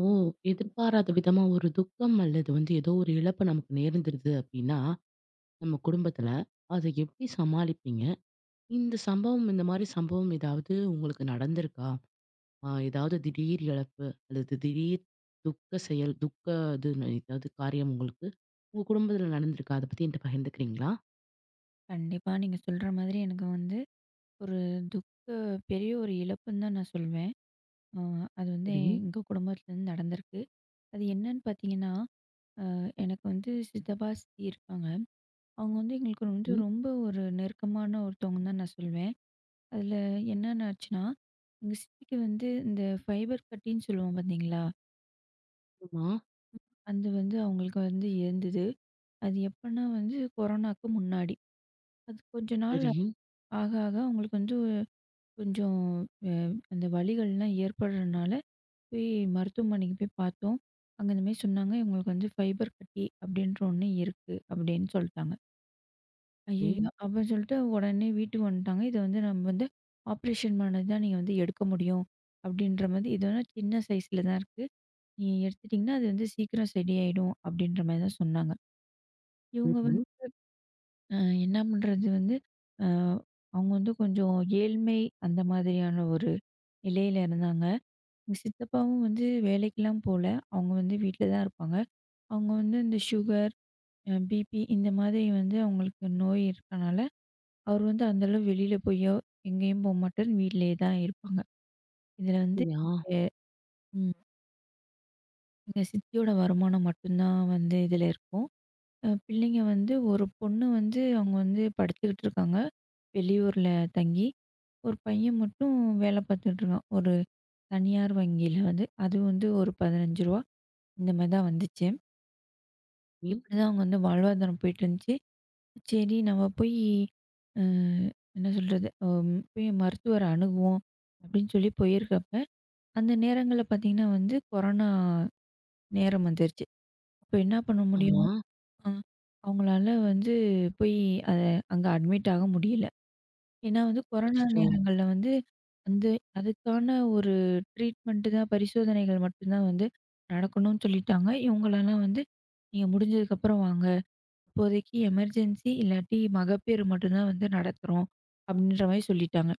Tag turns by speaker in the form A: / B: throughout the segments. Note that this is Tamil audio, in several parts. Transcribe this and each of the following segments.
A: ஓ! எதிர்பாராத விதமா ஒரு துக்கம் அல்லது வந்து ஏதோ ஒரு இழப்பு நமக்கு நேர்ந்துருது அப்டின்னா, நம்ம குடும்பத்துல, அத எப்டி சமாளிப்பீங்க? இந்த மாரி சம்பவம் ஏதாவது உங்களுக்கு நடந்திருக்கா? ஏதாவது திடீர் இழப்பு அல்லது திடீர் துக்க செயல், துக்க இது ஏதாவது காரியம் உங்களுக்கு உங்க குடும்பத்துல நடந்திருக்கா? அத பத்தி என்ட்ட பகிர்ந்துக்கிறீங்களா?
B: கண்டிப்பா. நீங்க சொல்ற மாதிரி எனக்கு வந்து ஒரு துக்க பெரிய ஒரு இழப்புன்னு தான் நான் சொல்வேன். அ அது வந்து
A: சரி.
B: எங்க குடும்பத்துலருந்து நடந்திருக்கு. அது என்னன்னு பார்த்தீங்கன்னா, அ எனக்கு வந்து சித்தப்பா, சித்தி இருக்காங்க. அவங்க வந்து எங்களுக்கு வந்து
A: ம்.
B: ரொம்ப ஒரு நெருக்கமான ஒருத்தவங்கன்னு தான் நான் சொல்வேன். அதில என்னென்ன ஆச்சுன்னா, எங்க சித்திக்கு வந்து இந்த ஃபைபர் கட்டின்னு சொல்லுவோம் பார்த்தீங்களா?
A: ஆமா.
B: அது வந்து அவங்களுக்கு வந்து இருந்தது. அது எப்பன்னா வந்து கொரோனாக்கு முன்னாடி. அது கொஞ்ச நாள்
A: சரி.
B: ஆக ஆக அவங்களுக்கு வந்து கொஞ்சம் அ அந்த வலிகள்லாம் ஏற்படுறனால, போய் மருத்துவமனைக்கு போய் பார்த்தோம். அங்க இந்த மாரி சொன்னாங்க, "இவங்களுக்கு வந்து ஃபைபர் கட்டி அப்படின்ற ஒண்ணு இருக்கு" அப்படின்னு சொல்ட்டாங்க.
A: ம்.
B: ஐயய்யோ! அப்படின்னு சொல்லிட்டு உடனே வீட்டுக்கு வந்துட்டாங்க. "இத வந்து நம்ம வந்து ஆப்ரேஷன் பண்ணது தான் நீங்க வந்து எடுக்க முடியும்" அப்படின்ற மாரி, "இது வந்து சின்ன சைஸ்ல தான் இருக்கு. நீங்க எடுத்துட்டீங்கன்னா, அது வந்து சீக்கிரம் சரியாயிடும்" அப்படின்ற மாரி தான் சொன்னாங்க. இவங்க
A: சரி.
B: வந்து அ என்ன பண்றது வந்து, அ அவங்க வந்து கொஞ்சம் ஏழ்மை அந்த மாதிரியான ஒரு நிலையில இருந்தாங்க. எங்க சித்தப்பாவும் வந்து வேலைக்கெல்லாம் போல. அவங்க வந்து வீட்ல தான் இருப்பாங்க. அவங்க வந்து இந்த சுகர், பிபி இந்த மாதிரி வந்து அவங்களுக்கு நோய் இருக்கனால, அவர் வந்து அந்த அளவு வெளியில போயோ, எங்கேயும் போமாட்டாரு. வீட்லயே தான் இருப்பாங்க. இதுல வந்து
A: அப்படியா?
B: எ ம். எங்க சித்தியோட வருமானம் மட்டும்தான் வந்து இதுல இருக்கும். பிள்ளைங்க வந்து ஒரு பொண்ணு வந்து அவங்க வந்து படிச்சுக்கிட்டு இருக்காங்க. வெளியூர்ல தங்கி. ஒரு பையன் மட்டும் வேலை பார்த்துட்டு இருக்கான். ஒரு தனியார் வங்கியில வந்து. அது வந்து ஒரு ரூ. 15 இந்த மாரி தான் வந்துச்சு.
A: ம்.
B: இப்படிதான் அவங்க வந்து வாழ்வாதாரம் போயிட்டுருந்துச்சு. சரி நம்ம போய் அ என்ன சொல்றது? போய் மருத்துவர அணுகுவோம் அப்படின்னு சொல்லி போயிருக்கப்ப, அந்த நேரங்கள்ல பார்த்தீங்கன்னா வந்து கொரோனா நேரம் வந்துருச்சு. அப்ப என்ன பண்ண முடியும்?
A: ஆமா.
B: அ அவங்களால வந்து போய் அத அங்க அட்மிட் ஆக முடியல. ஏன்னா வந்து கொரோனா
A: அச்சச்சோ!
B: நேரங்கள்ல வந்து அந்த அதுக்கான ஒரு ட்ரீட்மெண்ட்டு தான் பரிசோதனைகள் மட்டும் தான் வந்து நடக்கணும்னு சொல்லிட்டாங்க. இவங்களலாம் வந்து நீங்க முடிஞ்சதுக்கப்புறம் வாங்க. இப்போதைக்கு எமர்ஜென்சி இல்லாட்டி மகப்பேறு மட்டும்தான் வந்து நடத்துறோம். அப்படின்ற மாரி சொல்லிட்டாங்க.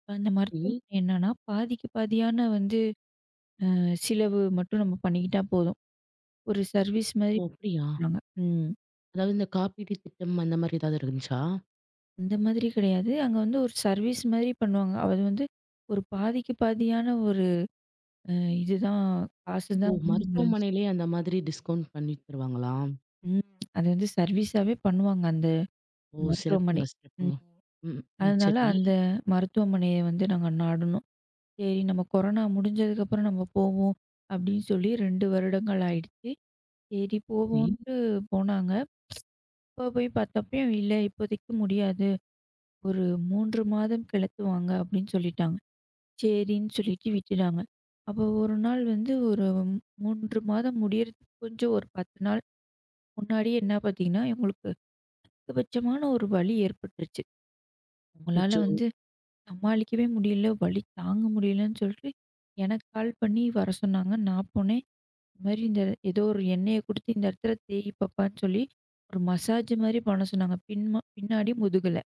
B: இப்ப அந்த
A: சரி.
B: மருத்துவமனை என்னன்னா, பாதிக்கு பாதியான வந்து செலவு மட்டும் நம்ம பண்ணிக்கிட்டா போதும். ஒரு சர்வீஸ் மாரி
A: ஓ! அப்படியா?
B: பண்றாங்க. ம்.
A: அதாவது இந்த காப்பீடு திட்டம் அந்த மாதிரி ஏதாவது இருந்துச்சா?
B: அந்த மாதிரி கிடையாது. அங்க வந்து ஒரு சர்வீஸ் மாரி பண்ணுவாங்க. அது வந்து ஒரு பாதிக்கு பாதியான ஒரு அ இதுதான் காசு
A: ஓ!
B: தான் வந்து நம்மள வந்து
A: மருத்துவமனையிலேயே அந்த மாதிரி டிஸ்கவுண்ட் பண்ணி தருவாங்களா?
B: ம். அது வந்து சர்வீஸாவே பண்ணுவாங்க அந்த
A: ஓ! சிறப்புங்க,
B: மருத்துவமனை.
A: சிறப்புங்க.
B: ம்.
A: ம், ம்.
B: அதனால
A: சரி,
B: அந்த மருத்துவமனைய வந்து நாங்க நாடுனோம். சரி நம்ம கொரோனா முடிஞ்சதுக்கப்புறம் நம்ம போவோம் அப்படின்னு சொல்லி 2 வருடங்கள் ஆயிடுச்சு. சரி
A: சரி.
B: போவோன்ட்டு போனாங்க. இப்போ போய் பார்த்தப்பயும் இல்ல இப்போதைக்கு முடியாது. ஒரு 3 மாதம் கழித்து வாங்க அப்படின்னு சொல்லிட்டாங்க. சரின்னு சொல்லிட்டு விட்டுட்டாங்க. அப்போ ஒரு நாள் வந்து ஒரு 3 மாதம் முடியறதுக்கு கொஞ்சம் ஒரு 10 நாள் முன்னாடியே என்ன பார்த்தீங்கன்னா, எங்களுக்கு அதிகபட்சமான ஒரு வலி ஏற்பட்டுருச்சு. அவங்களால
A: அச்சச்சோ!
B: வந்து சமாளிக்கவே முடியல, வலி தாங்க முடியலன்னு சொல்லிட்டு எனக்கு கால் பண்ணி வர சொன்னாங்க. நான் போனேன். மாரி இந்த ஏதோ ஒரு எண்ணெய குடுத்து இந்த இடத்துல தேய் பாப்பான்னு சொல்லி, ஒரு மசாஜ் மாரி பண்ண சொன்னாங்க. பின்னாடி முதுகுல.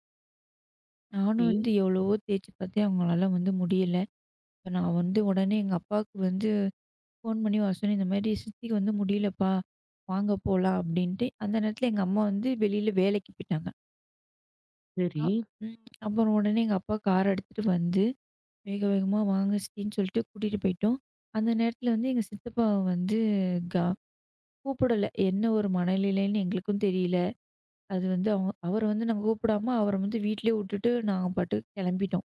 B: நானும்
A: சரி,
B: வந்து எவ்வளவோ தேய்ச்சு பார்த்தேன். அவங்களால வந்து முடியல. இப்ப நான் வந்து உடனே எங்க அப்பாவுக்கு வந்து ஃபோன் பண்ணி வர சொன்னேன். இந்த மாரி சித்திக்கு வந்து முடியலப்பா. வாங்க போலாம் அப்படின்ட்டு. அந்த நேரத்துல எங்க அம்மா வந்து வெளியில வேலைக்கு போயிட்டாங்க. அ
A: சரி,
B: ம். அப்புறம் உடனே எங்க அப்பா கார் எடுத்துட்டு வந்து, வேக வேகமா வாங்க சித்தின்னு சொல்லிட்டு கூட்டிட்டு போயிட்டோம். அந்த நேரத்துல வந்து எங்க சித்தப்பா வந்து க கூப்பிடல. என்ன ஒரு மனநிலைன்னு எங்களுக்கும் தெரியல. அது வந்து அவர வந்து நாங்க கூப்பிடாம, அவர வந்து வீட்லயே வுட்டுட்டு நாங்க பாட்டுக்கு கெளம்பிட்டோம்.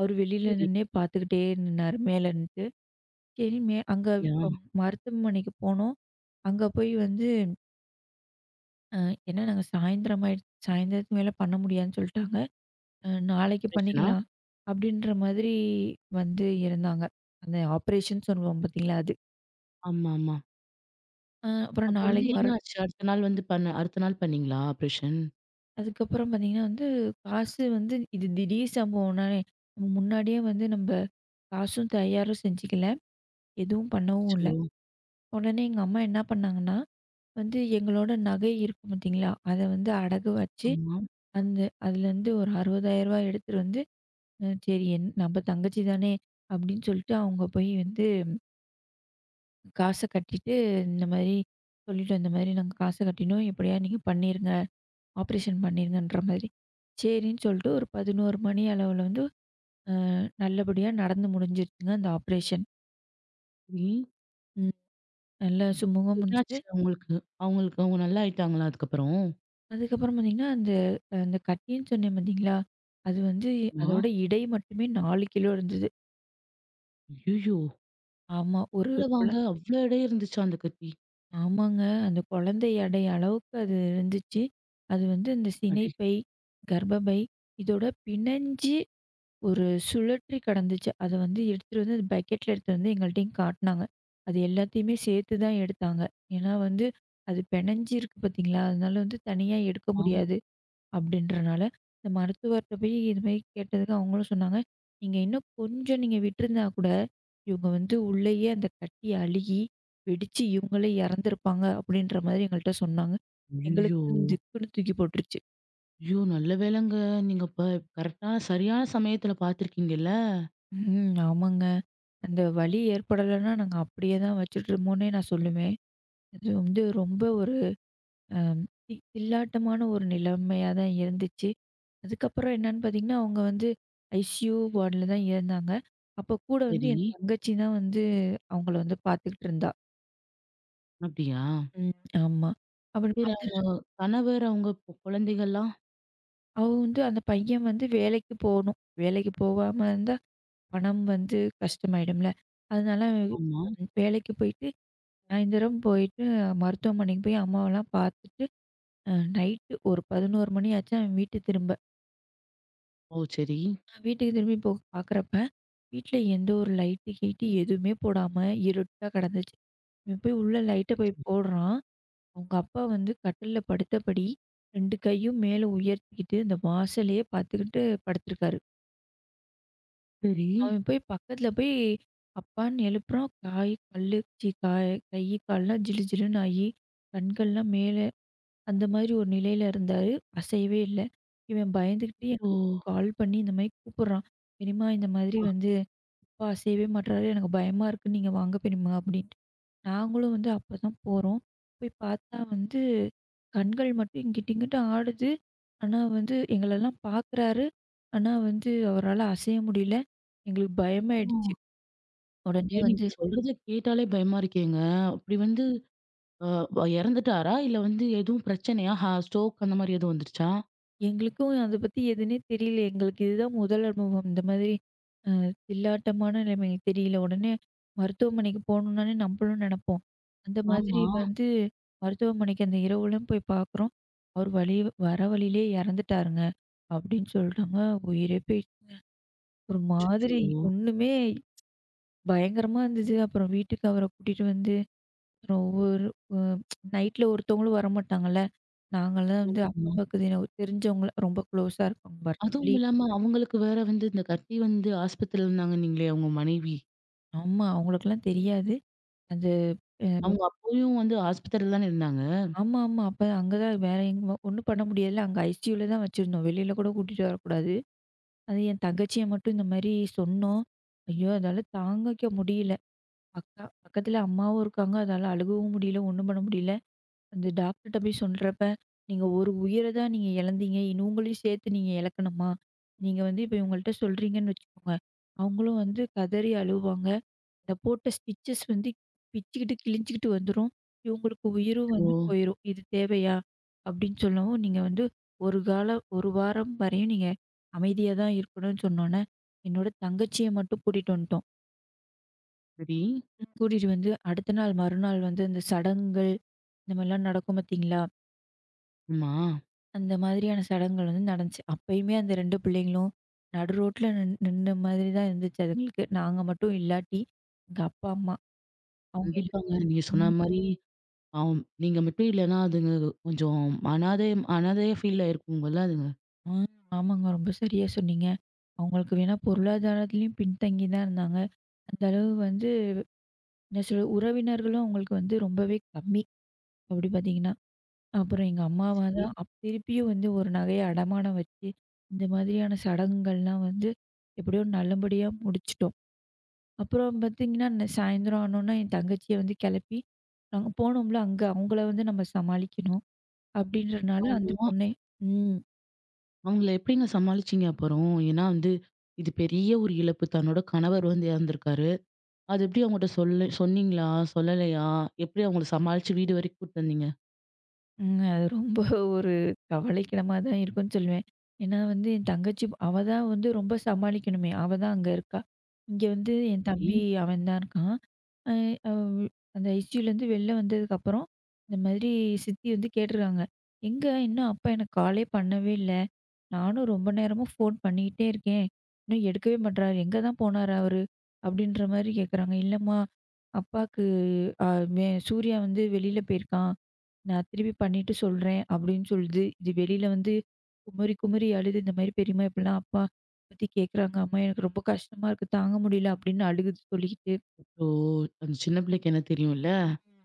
B: அவரு வெளியில
A: சரி.
B: நின்னே பார்த்துக்கிட்டே நின்னாரு மேல நின்னுட்டு. சரி மே அங்க
A: யா
B: அஹ், மருத்துவமனைக்கு போனோம். அங்க போய் வந்து அ ஏன்னா நாங்க சாயந்தரம் ஆயிடுச்சு. சாயந்தரத்துக்கு மேல பண்ண முடியாதுன்னு சொல்ட்டாங்க. நாளைக்கு
A: ஆப்ரேஷனா?
B: பண்ணிக்கலாம் அப்படின்ற மாதிரி வந்து இருந்தாங்க. அந்த ஆப்ரேஷன் சொல்லுவோம் பார்த்தீங்களா அது.
A: ஆமாமா.
B: அப்புறம்
A: அப்ப வந்து
B: நாளைக்கு
A: என்ன
B: மறு
A: ஆச்சு? அடுத்த நாள் வந்து பண்ண அடுத்த நாள் பண்ணீங்களா ஆப்ரேஷன்?
B: அதுக்கப்புறம் பார்த்தீங்கன்னா வந்து, காசு வந்து இது திடீர் சம்பவம்னாலே, நம்ம முன்னாடியே வந்து நம்ப காசும் தயாரும் செஞ்சுக்கல. எதுவும் பண்ணவும்
A: அச்சோ!
B: இல்ல. உடனே எங்க அம்மா என்ன பண்ணாங்கன்னா, வந்து எங்களோட நகை இருக்கும் பார்த்தீங்களா? அத வந்து அடகு வச்சு,
A: ஆமா.
B: அந்த அதுலேருந்து ஒரு ரூ. 60,000 எடுத்துட்டு வந்து, சரி நம்ம தங்கச்சி தானே அப்படின்னு சொல்லிட்டு அவங்க போய் வந்து காச கட்டிட்டு, இந்த மாரி சொல்லிட்டோம். இந்த மாரி நாங்க காச கட்டினோம். எப்படியா நீங்க பண்ணிருங்க. ஆப்ரேஷன் பண்ணிருங்கன்ற மாரி. சரின்னு சொல்லிட்டு ஒரு 11 மணி அளவுல வந்து நல்லபடியா நடந்து முடிஞ்சிருச்சுங்க அந்த ஆப்ரேஷன்.
A: சரி.
B: ம். நல்லா சுமூகமா முடிஞ்சுது.
A: என்னாச்சு அவங்களுக்கு? அவங்களுக்கு அவங்க நல்லா ஆயிட்டாங்களா அதுக்கப்புறம்?
B: அதுக்கப்புறம் பார்த்தீங்கன்னா, அந்த அந்த கட்டின்னு சொன்னேன் பார்த்தீங்களா? அது வந்து
A: ஆமா.
B: அதோட இடை மட்டுமே 4 கிலோ இருந்தது.
A: ஐய்யயோ!
B: ஆமா. ஒரு குழ
A: அவ்வளவாங்க, அவ்ளோ இடம் இருந்துச்சா அந்த கட்டி?
B: ஆமாங்க. அந்த குழந்தை எடை அளவுக்கு அது இருந்துச்சு. அது வந்து அந்த
A: அடே!
B: சினைப்பை, கர்ப்பப்பை இதோட பிணைஞ்சு ஒரு சுழற்றி கடந்துச்சு. அத வந்து எடுத்துட்டு வந்து, அது பக்கெட்ல எடுத்துட்டு வந்து எங்கள்ட்டயும் காட்டுனாங்க. அது எல்லாத்தையுமே சேர்த்து தான் எடுத்தாங்க. ஏன்னா வந்து, அது பெனஞ்சு இருக்கு பார்த்தீங்களா? அதனால வந்து தனியா எடுக்க
A: ஆ.
B: முடியாது அப்படின்றனால, இந்த மருத்துவர்ட்ட போய் இது மாரி கேட்டதுக்கு அவங்களும் சொன்னாங்க, "நீங்க இன்னும் கொஞ்சம் நீங்க விட்டுருந்தா கூட, இவங்க வந்து உள்ளேயே அந்த கட்டி அழுகி, வெடிச்சு இவங்களே இறந்துருப்பாங்க." அப்படின்ற மாரி எங்கள்ட்ட சொன்னாங்க.
A: ஐய்யயோ!
B: எங்களுக்கு திக்குன்னு தூக்கி போட்டுருச்சு.
A: ஐயோ! நல்ல வேளைங்க. நீங்க அப்ப கரெக்ட்டா சரியான சமயத்துல பார்த்துருக்கீங்கல்ல?
B: ம். ஆமாங்க. அந்த வலி ஏற்படலைன்னா, நாங்க அப்படியே தான் வச்சுட்டுருமோன்னே நான் சொல்லுவேன். அது வந்து ரொம்ப ஒரு அ தில்லாட்டமான ஒரு நிலைமையா தான் இருந்துச்சு. அதுக்கப்புறம் என்னன்னு பார்த்தீங்கன்னா, அவங்க வந்து ஐசியூ வார்டுல தான் இருந்தாங்க. அப்போ கூட வந்து
A: சரி.
B: என் தங்கச்சி தான் வந்து அவங்கள வந்து பார்த்துக்கிட்டு இருந்தா.
A: அப்டியா?
B: ம். ஆமா. அப்படி
A: சரி
B: பார்த்துட்டு
A: அவங்க கணவர், அவங்க குழந்தைகள்லாம்?
B: வந்து அந்த பையன் வந்து வேலைக்கு போணும். வேலைக்கு போகாம இருந்தா பணம் வந்து கஷ்டமாயிடும்ல. அதனால அவன்
A: ஆமா.
B: வேலைக்கு போயிட்டு சாயந்தரம் போயிட்டு மருத்துவமனைக்கு போய் அம்மாவெல்லாம் பார்த்துட்டு, நைட்டு ஒரு 11 மணி ஆச்சு அவன் வீட்டுக்கு திரும்ப.
A: ஓ! சரி.
B: நான் வீட்டுக்கு திரும்பி பார்க்குறப்ப, வீட்ல எந்த ஒரு லைட்டு, கீட்டு எதுவுமே போடாம இருட்டா கிடந்துச்சு. இவன் போய் உள்ள லைட்ட போய் போடுறான். அவங்க அப்பா வந்து கட்டில்ல படுத்தபடி 2 கையும் மேல உயர்த்திக்கிட்டு, இந்த வாசலையே பார்த்துக்கிட்டு படுத்திருக்காரு.
A: சரி.
B: அவன் போய் பக்கத்தில போய் அப்பான்னு எழுப்புறான். காய், பல்லு, ச்சீ காய் கை, கால்லாம் ஜிலு ஜிலுன்னு ஆயி, கண்கள்லாம் மேல அந்த மாதிரி ஒரு நிலையில இருந்தாரு. அசையவே இல்ல. இவன் பயந்துகிட்டு
A: ஸோ
B: எங்களுக்கு கால் பண்ணி இந்த மாரி கூப்புடுறான். "பெரியம்மா இந்த மாதிரி
A: ஆஹா!
B: வந்து அப்பா அசையவே மாட்றாரு. எனக்கு பயமா இருக்கு. நீங்க வாங்க பெரியம்மா" அப்படின்ட்டு. நாங்களும் வந்து அப்பதான் போறோம். போய் பார்த்தா வந்து கண்கள் மட்டும் இங்கிட்டு, இங்கிட்டு ஆடுது. ஆனா வந்து எங்களெல்லாம் பார்க்குறாரு. ஆனா வந்து அவரால அசைய முடியல. எங்களுக்கு பயமாயிடுச்சு. உடனே
A: ஐயோ!
B: வந்து
A: நீங்க சொல்றத கேட்டாலே பயமா இருக்கேங்க. அப்படி வந்து அ இறந்துட்டாரா? இல்ல வந்து எதுவும் பிரச்சனையா? ஹா ஸ்ட்ரோக் அந்த மாரி எதுவும் வந்துருச்சா?
B: எங்களுக்கும் அத பத்தி எதுன்னே தெரியல. எங்களுக்கு இதுதான் முதல் அனுபவம். இந்த மாதிரி அ தில்லாட்டமான நிலைமை தெரியல. உடனே மருத்துவமனைக்கு போணும்னாலே நம்மளும் நெனப்போம். அந்த மாதிரி
A: ஆமா.
B: வந்து மருத்துவமனைக்கு அந்த இரவுலாம் போய் பார்க்குறோம். அவரு வர வழியிலே இறந்துட்டாருங்க. அப்படின்னு சொல்ட்டாங்க. உயிரே போயிடுச்சுங்க. ஒரு மாதிரி
A: அச்சச்சோ!
B: ஒண்ணுமே பயங்கரமா இருந்தது. அப்புறம் வீட்டுக்கு அவர கூட்டிட்டு வந்து அப்புறம் ஒவ்வொரு அ நைட்ல ஒருத்தவங்களும் வரமாட்டாங்கல்ல. நாங்கலாம் வந்து
A: ஆமாமா.
B: அக்கம் பக்கத்தின தெரிஞ்சவங்க ரொம்ப குளோஸா இருக்கவங்க வர
A: அதுவும்
B: சொல்லி
A: இல்லாம அவங்களுக்கு வேற வந்து இந்த கட்டி வந்து ஆஸ்பத்திரில இருந்தாங்கன்னீங்களே அவங்க மனைவி.
B: ஆமா. அவங்களுக்கெல்லாம் தெரியாது. அது அ
A: அவங்க அப்பயும் வந்து ஆஸ்பத்திரியில தானே இருந்தாங்க.
B: ஆமா, ஆமா. அப்ப அங்க தான் வேற எங்க ஒண்ணும் பண்ண முடியாதுல்ல. அங்க ஐசியூல தான் வச்சிருந்தோம். வெளியில கூட கூட்டிட்டு வரக்கூடாது. அது என் தங்கச்சிய மட்டும் இந்த மாரி சொன்னோம். ஐயோ! அதால தாங்கிக்க முடியல. அக்கா பக்கத்துல அம்மாவும் இருக்காங்க. அதால அழுகவும் முடியல, ஒண்ணும் பண்ண முடியல. அந்த டாக்டர்ட்ட போய் சொல்றப்ப, "நீங்க ஒரு உயிர தான் நீங்க இழந்தீங்க. இனி உங்களையும் சேர்த்து நீங்க இழக்கணுமா? நீங்க வந்து இப்ப இவங்கள்ட்ட சொல்றீங்கன்னு வச்சுக்கோங்க, அவங்களும் வந்து கதறி அழுவாங்க. இந்த போட்ட ஸ்டிச்சஸ் வந்து பிச்சுக்கிட்டு, கிழிஞ்சுக்கிட்டு வந்துரும். இவங்களுக்கு உயிரும்
A: ஓ!
B: வந்து போயிரும். இது தேவையா?" அப்படின்னு சொல்லவும், "நீங்க வந்து ஒரு கால ஒரு வாரம் வரையும் நீங்க அமைதியா தான் இருக்கணும்னு" சொன்னோன்னே, என்னோட தங்கச்சிய மட்டும் கூட்டிட்டு வந்துட்டோம்.
A: சரி.
B: ம். கூட்டிட்டு வந்து அடுத்த நாள் மறுநாள் வந்து இந்த சடங்குகள் இந்த மாரிலாம் நடக்கும் பார்த்தீங்களா?
A: ஆமா.
B: அந்த மாதிரியான சடங்குகள் வந்து நடந்துச்சு. அப்பயுமே அந்த 2 பிள்ளைங்களும் நடு ரோட்ல நின்ன மாதிரி தான் இருந்துச்சு அதுங்களுக்கு. நாங்க மட்டும் இல்லாட்டி, எங்க அப்பா, அம்மா அவங்க இல்லாட்டி.
A: கண்டிப்பாங்க. நீங்க சொன்ன
B: ம்.
A: மாரி ஆம். நீங்க மட்டும் இல்லன்னா, அதுங்க கொஞ்சம் அனாதை அனாதையா ஃபீல் ஆயிருக்குங்கல்ல அதுங்க.
B: ம். ஆமாங்க. ரொம்ப சரியா சொன்னீங்க. அவங்களுக்கு வேணா பொருளாதாரத்திலயும் பின்தங்கி தான் இருந்தாங்க. அந்த அளவு வந்து என்ன சொல்றது, உறவினர்களும் அவங்களுக்கு வந்து ரொம்பவே கம்மி, அப்படி பார்த்தீங்கன்னா. அப்புறம் எங்க அம்மாவா
A: சரி.
B: தான் திருப்பியும் வந்து ஒரு நகைய அடமானம் வச்சு, இந்த மாதிரியான சடங்குகள்லாம் வந்து எப்படியோ நல்லபடியா முடிச்சுட்டோம். அப்புறம் பார்த்தீங்கன்னா, சாயந்தரம் ஆனோனே என் தங்கச்சிய வந்து கெளப்பி, நாங்க போனோம்ல அங்க, அவங்கள வந்து நம்ம சமாளிக்கணும். அப்படின்றனால அந்த
A: ஆமா.
B: பொண்ணே ம்.
A: அவங்கள எப்படிங்க சமாளிச்சீங்க அப்புறம்? ஏன்னா வந்து, இது பெரிய ஒரு இழப்பு. தன்னோட கணவர் வந்து இறந்திருக்காரு. அது எப்படி அவங்கட்ட சொல்ல சொன்னீங்களா? சொல்லலையா? எப்படி அவங்கள சமாளிச்சு வீடு வரைக்கும் கூட்டு வந்தீங்க?
B: ம். அது ரொம்ப ஒரு கவலைக்கிடமா தான் இருக்குன்னு சொல்லுவேன். ஏன்னா வந்து என் தங்கச்சி அவ தான் வந்து ரொம்ப சமாளிக்கணுமே! அவ தான் அங்க இருக்கா. இங்க வந்து என்
A: சரி.
B: தம்பி அவன் தான் இருக்கான். அ அவ அந்த ஐசியூலேருந்து வெளில வந்ததுக்கப்புறம், இந்த மாதிரி சித்தி வந்து கேட்டிருக்காங்க. "எங்க இன்னும் அப்பா எனக்கு காலே பண்ணவே இல்ல. நானும் ரொம்ப நேரமா ஃபோன் பண்ணிக்கிட்டே இருக்கேன். இன்னும் எடுக்கவே மாட்றாரு. எங்க தான் போனாரு அவரு?" அப்படின்ற மாரி கேட்குறாங்க. "இல்லம்மா, அப்பாக்கு அ வே சூர்யா வந்து வெளில போயிருக்கான். நான் திருப்பி பண்ணிட்டு சொல்றேன் அப்படின்னு சொல்லுது. இது வெளியில வந்து குமறி, குமறி அழுது. இந்த மாதிரி பெரியம்மா இப்படிலாம் அப்பா பத்தி கேட்குறாங்க. அம்மா எனக்கு ரொம்ப கஷ்டமா இருக்கு. தாங்க முடியல அப்படின்னு அழுகுது சொல்லிக்கிட்டு.
A: ஓ! அந்த சின்ன பிள்ளைக்கு என்ன தெரியும்ல.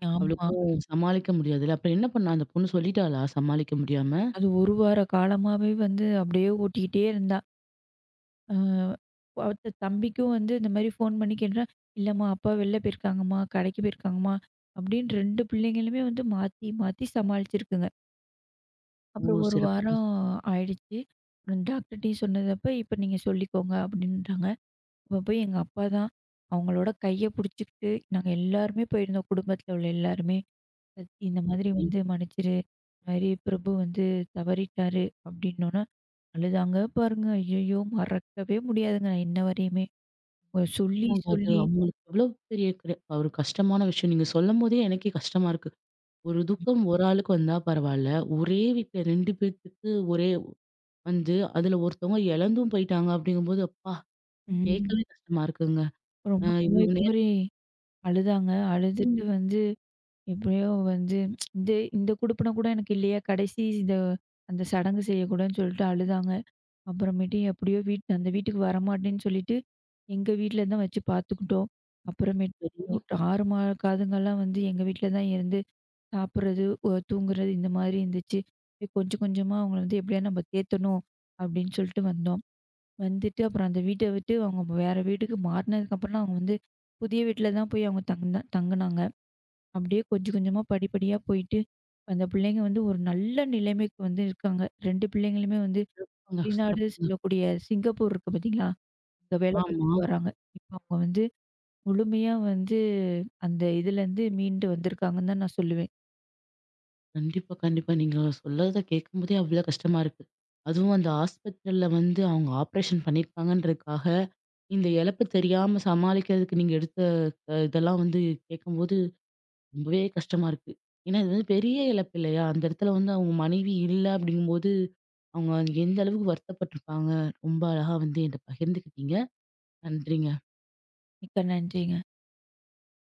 B: ம். ஆமா.
A: அவளுக்கும் சமாளிக்க முடியாதுல்ல. அப்புறம் என்ன பண்ணா அந்த பொண்ணு சொல்லிட்டாளா சமாளிக்க முடியாம?
B: அது ஒரு வார காலமாவே வந்து அப்படியே ஓட்டிக்கிட்டே இருந்தா. அ அவத்த தம்பிக்கும் வந்து இந்த மாதிரி ஃபோன் பண்ணி கேட்டா, இல்லம்மா அப்பா வெளில போயிருக்காங்கம்மா, கடைக்கு போயிருக்காங்கம்மா அப்படின்னு 2 பிள்ளைங்களுமே வந்து மாத்தி, மாத்தி சமாளிச்சிருக்குங்க. அப்புறம்
A: ஓ!
B: ஒரு
A: சிறப்புங்க,
B: வாரம் ஆயிடுச்சு. அப்புறம் டாக்டர்ட்டயும் சொன்னதப்ப, இப்ப நீங்க சொல்லிக்கோங்க அப்படின்ட்டாங்க. அப்ப போய் எங்க அப்பா தான் அவங்களோட கைய புடிச்சுக்கிட்டு, நாங்க எல்லாருமே போயிருந்தோம். குடும்பத்துல உள்ள எல்லாருமே. ம். இந்த மாதிரி
A: சிறப்புங்க.
B: வந்து மன்னிச்சிரு. இந்த மாரி பிரபு வந்து தவறிட்டாரு அப்படின்னோன, அழுதாங்க பாருங்க. ஐயய்யோ! மறக்கவே முடியாதுங்க. நான் இன்ன வரையுமே. சொல்லி
A: நிச்சயமாங்க அது
B: சொல்லி
A: அவங்களுக்கு எவ்வளோ பெரிய ஒரு கஷ்டமான விஷயம். நீங்க சொல்லும்போதே எனக்கே கஷ்டமா இருக்கு. ஒரு துக்கம் ஒரு ஆளுக்கு வந்தா பரவால்ல. ஒரே வீட்ல 2 பேத்துக்கு ஒரே வந்து அதுல ஒருத்தவங்க இழந்தும் போயிட்டாங்க அப்படிங்கும்போது, அப்பா!
B: ம்.
A: கேட்கவே கஷ்டமா இருக்குங்க.
B: ரொம்ப குமறி
A: இவ்வளவு
B: குமறி அழுதாங்க. அழுதுட்டு
A: நேரமும்
B: வந்து எப்படியோ வந்து இந்த இந்த குடுப்பின கூட எனக்கு இல்லையா, கடைசி இந்த அந்த சடங்கு செய்யக்கூடாதுன்னு சொல்லிட்டு அழுதாங்க. அப்புறமேட்டு எப்படியோ அந்த வீட்டுக்கு வரமாட்டேன்னு சொல்லிட்டு, எங்க வீட்ல தான் வச்சு பார்த்துக்கிட்டோம். அப்புறமேட்டு
A: சரி.
B: 6 மாத காதுங்கலாம் வந்து எங்க வீட்ல தான் இருந்து சாப்பிடுறது, தூங்குறது இந்த மாதிரி இருந்துச்சு. "போய் கொஞ்சம் கொஞ்சமா அவங்கள வந்து எப்படியாவது நம்ம தேத்தணும்." அப்படின்னு சொல்லிட்டு வந்தோம். வந்துட்டு அப்புறம் அந்த வீட்ட விட்டு அவங்க வேற வீட்டுக்கு மாறுனதுக்கப்புறம் அவங்க வந்து புதிய வீட்ல தான் போய் அவங்க தங்குனா தங்குனாங்க. அப்படியே கொஞ்சம் கொஞ்சமா படிப்படியா போயிட்டு, அந்த பிள்ளைங்க வந்து ஒரு நல்ல நிலைமைக்கு வந்து இருக்காங்க. 2 பிள்ளைங்களுமே வந்து வெளிநாடு
A: சிறப்புங்க.
B: சொல்லக்கூடிய சிங்கப்பூர் இருக்கு பார்த்தீங்களா? அங்க வேலை
A: ஆமா.
B: பார்த்துட்டு வராங்க. இப்ப அவங்க வந்து முழுமையா வந்து அந்த இதுலேருந்து மீண்டு வந்திருக்காங்கன்னு தான் நான் சொல்லுவேன்.
A: கண்டிப்பா, கண்டிப்பா. நீங்க சொல்றத கேட்கும்போதே அவ்ளோ கஷ்டமா இருக்கு. அதுவும் அந்த ஹாஸ்பிட்டல்ல வந்து அவங்க ஆப்ரேஷன் பண்ணியிருப்பாங்கன்றதுக்காக, இந்த இழப்பு தெரியாம சமாளிக்கிறதுக்கு நீங்க எடுத்த இதெல்லாம் வந்து கேட்கும்போது ரொம்பவே கஷ்டமா இருக்கு. ஏன்னா, இது வந்து பெரிய இழப்பு இல்லையா? அந்த இடத்துல வந்து அவங்க மனைவி இல்ல அப்படிங்கும்போது, அவங்க எந்த அளவுக்கு வருத்தப்பட்டுருப்பாங்க. ரொம்ப அழகா வந்து என்ட்ட பகிர்ந்துக்கிட்டீங்க. நன்றிங்க.
B: மிக்க நன்றிங்க.